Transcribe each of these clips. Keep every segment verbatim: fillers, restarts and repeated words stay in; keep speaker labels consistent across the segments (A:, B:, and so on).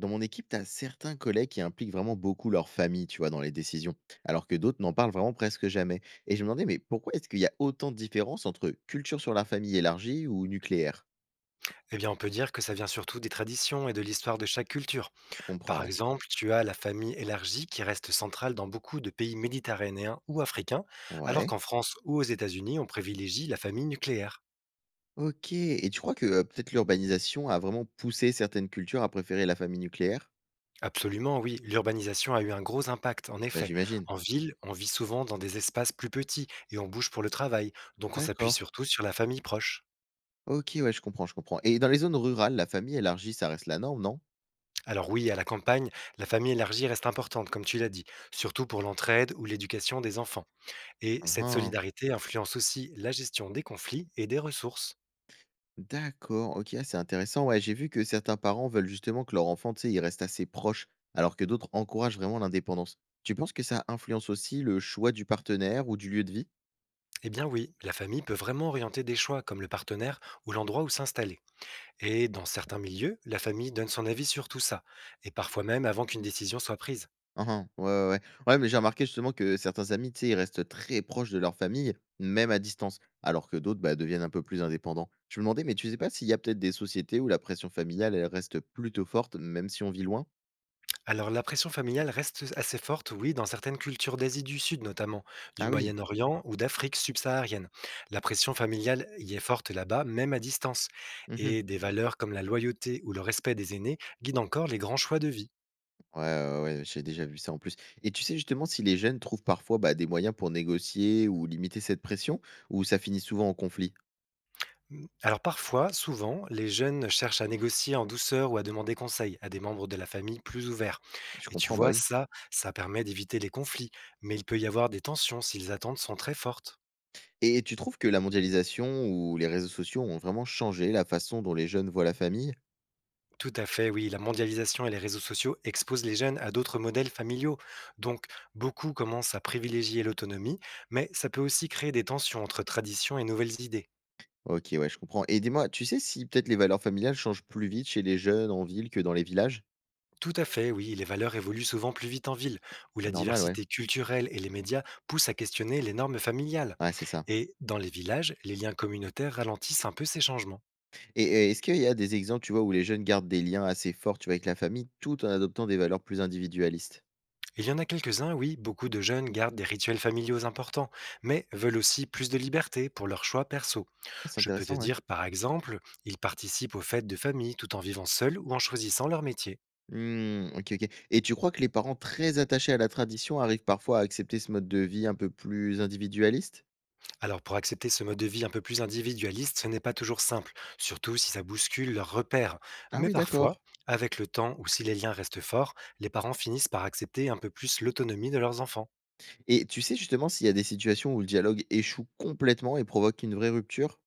A: Dans mon équipe, tu as certains collègues qui impliquent vraiment beaucoup leur famille, tu vois, dans les décisions, alors que d'autres n'en parlent vraiment presque jamais. Et je me demandais, mais pourquoi est-ce qu'il y a autant de différences entre culture sur la famille élargie ou nucléaire?
B: Eh bien, on peut dire que ça vient surtout des traditions et de l'histoire de chaque culture.
A: Je comprends,
B: Par
A: ouais.
B: exemple, tu as la famille élargie qui reste centrale dans beaucoup de pays méditerranéens ou africains, alors
A: Ouais.
B: qu'en France ou aux États-Unis, on privilégie la famille nucléaire.
A: Ok. Et tu crois que euh, peut-être l'urbanisation a vraiment poussé certaines cultures à préférer la famille nucléaire?
B: Absolument, oui, l'urbanisation a eu un gros impact, en
A: Bah,
B: effet.
A: j'imagine.
B: En ville, on vit souvent dans des espaces plus petits et on bouge pour le travail, donc on s'appuie
A: D'accord.
B: surtout sur la famille proche.
A: Ok, ouais, je comprends, je comprends. Et dans les zones rurales, la famille élargie, ça reste la norme, non?
B: Alors oui, à la campagne, la famille élargie reste importante, comme tu l'as dit, surtout pour l'entraide ou l'éducation des enfants. Et cette
A: Uhum.
B: solidarité influence aussi la gestion des conflits et des ressources.
A: D'accord, OK, ah, c'est intéressant. Ouais, j'ai vu que certains parents veulent justement que leur enfant, tu sais, il reste assez proche, alors que d'autres encouragent vraiment l'indépendance. Tu penses que ça influence aussi le choix du partenaire ou du lieu de vie?
B: Eh bien oui, la famille peut vraiment orienter des choix comme le partenaire ou l'endroit où s'installer. Et dans certains milieux, la famille donne son avis sur tout ça, et parfois même avant qu'une décision soit prise.
A: Hein, hein, ouais, ouais, ouais. Ouais, mais j'ai remarqué justement que certains amis, tu sais, ils restent très proches de leur famille, même à distance, alors que d'autres, bah, deviennent un peu plus indépendants. Je me demandais, mais tu sais pas s'il y a peut-être des sociétés où la pression familiale, elle reste plutôt forte, même si on vit loin?
B: Alors la pression familiale reste assez forte, oui, dans certaines cultures d'Asie du Sud notamment, du
A: Ah oui.
B: Moyen-Orient ou d'Afrique subsaharienne. La pression familiale y est forte là-bas, même à distance. Et des valeurs comme la loyauté ou le respect des aînés guident encore les grands choix de vie.
A: Ouais, ouais, ouais, j'ai déjà vu ça en plus. Et tu sais justement si les jeunes trouvent parfois bah, des moyens pour négocier ou limiter cette pression, ou ça finit souvent en conflit?
B: Mmh. Alors parfois, souvent, les jeunes cherchent à négocier en douceur ou à demander conseil à des membres de la famille plus ouverts.
A: Je
B: Et tu
A: comprends, bah
B: vois,
A: oui.
B: ça, ça permet d'éviter les conflits, mais il peut y avoir des tensions si les attentes sont très fortes.
A: Et tu trouves que la mondialisation ou les réseaux sociaux ont vraiment changé la façon dont les jeunes voient la famille?
B: Tout à fait, oui, la mondialisation et les réseaux sociaux exposent les jeunes à d'autres modèles familiaux. Donc, beaucoup commencent à privilégier l'autonomie, mais ça peut aussi créer des tensions entre traditions et nouvelles idées.
A: Ok, ouais, je comprends. Et dis-moi, tu sais si peut-être les valeurs familiales changent plus vite chez les jeunes en ville que dans les villages?
B: Tout à fait, oui, les valeurs évoluent souvent plus vite en ville, où la
A: Normal, ouais.
B: diversité culturelle et les médias poussent à questionner les normes familiales.
A: Ouais, c'est ça.
B: Et dans les villages, les liens communautaires ralentissent un peu ces changements.
A: Et, et est-ce qu'il y a des exemples, tu vois, où les jeunes gardent des liens assez forts, tu vois, avec la famille, tout en adoptant des valeurs plus individualistes?
B: Il y en a quelques-uns, oui, beaucoup de jeunes gardent des rituels familiaux importants, mais veulent aussi plus de liberté pour leurs choix perso.
A: Ah, c'est
B: Je peux te
A: intéressant, ouais.
B: dire, par exemple, ils participent aux fêtes de famille tout en vivant seuls ou en choisissant leur métier.
A: Mmh. OK, OK. Et tu crois que les parents très attachés à la tradition arrivent parfois à accepter ce mode de vie un peu plus individualiste?
B: Alors pour accepter ce mode de vie un peu plus individualiste, ce n'est pas toujours simple, surtout si ça bouscule leurs repères.
A: Ah
B: Mais
A: oui, d'accord.
B: parfois, avec le temps ou si les liens restent forts, les parents finissent par accepter un peu plus l'autonomie de leurs enfants.
A: Et tu sais justement s'il y a des situations où le dialogue échoue complètement et provoque une vraie rupture?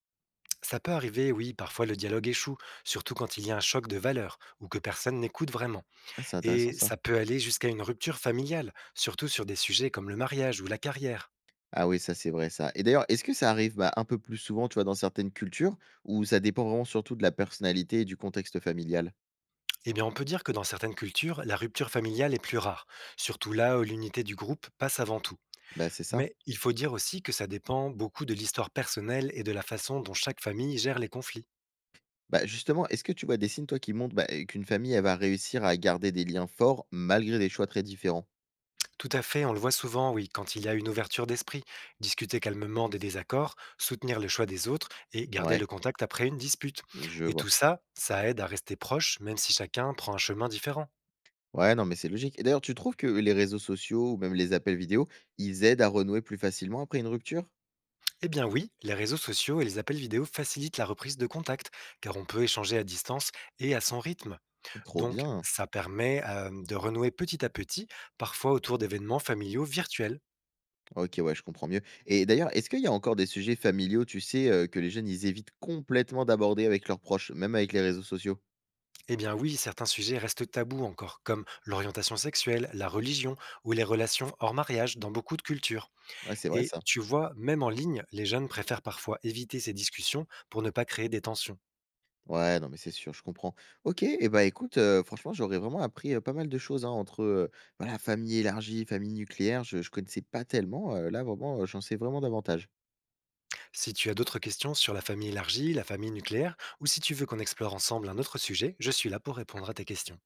B: Ça peut arriver, oui, parfois le dialogue échoue, surtout quand il y a un choc de valeurs ou que personne n'écoute vraiment.
A: Ah, c'est intéressant
B: Et
A: ça.
B: ça peut aller jusqu'à une rupture familiale, surtout sur des sujets comme le mariage ou la carrière.
A: Ah oui, ça c'est vrai ça. Et d'ailleurs, est-ce que ça arrive, bah, un peu plus souvent, tu vois, dans certaines cultures ou ça dépend vraiment surtout de la personnalité et du contexte familial?
B: Eh bien, on peut dire que dans certaines cultures, la rupture familiale est plus rare, surtout là où l'unité du groupe passe avant tout.
A: Bah, c'est ça.
B: Mais il faut dire aussi que ça dépend beaucoup de l'histoire personnelle et de la façon dont chaque famille gère les conflits.
A: Bah, justement, est-ce que tu vois des signes, toi, qui montrent, bah, qu'une famille, elle va réussir à garder des liens forts malgré des choix très différents?
B: Tout à fait, on le voit souvent, oui, quand il y a une ouverture d'esprit, discuter calmement des désaccords, soutenir le choix des autres et garder
A: Ouais,
B: le contact après une dispute.
A: je
B: Et tout
A: vois.
B: ça, ça aide à rester proche, même si chacun prend un chemin différent.
A: Ouais, non, mais c'est logique. Et d'ailleurs, tu trouves que les réseaux sociaux ou même les appels vidéo, ils aident à renouer plus facilement après une rupture?
B: Eh bien oui, les réseaux sociaux et les appels vidéo facilitent la reprise de contact, car on peut échanger à distance et à son rythme.
A: Trop
B: Donc,
A: bien.
B: ça permet euh, de renouer petit à petit, parfois autour d'événements familiaux virtuels.
A: Ok, ouais, je comprends mieux. Et d'ailleurs, est-ce qu'il y a encore des sujets familiaux, tu sais, euh, que les jeunes, ils évitent complètement d'aborder avec leurs proches, même avec les réseaux sociaux?
B: Eh bien oui, certains sujets restent tabous encore, comme l'orientation sexuelle, la religion ou les relations hors mariage dans beaucoup de cultures.
A: Ouais, c'est vrai
B: Et
A: ça.
B: tu vois, même en ligne, les jeunes préfèrent parfois éviter ces discussions pour ne pas créer des tensions.
A: Ouais, non, mais c'est sûr, je comprends. Ok, et bah écoute, euh, franchement, j'aurais vraiment appris euh, pas mal de choses hein, entre euh, voilà, famille élargie, famille nucléaire, je, je connaissais pas tellement. Euh, là, vraiment, euh, j'en sais vraiment davantage.
B: Si tu as d'autres questions sur la famille élargie, la famille nucléaire, ou si tu veux qu'on explore ensemble un autre sujet, je suis là pour répondre à tes questions.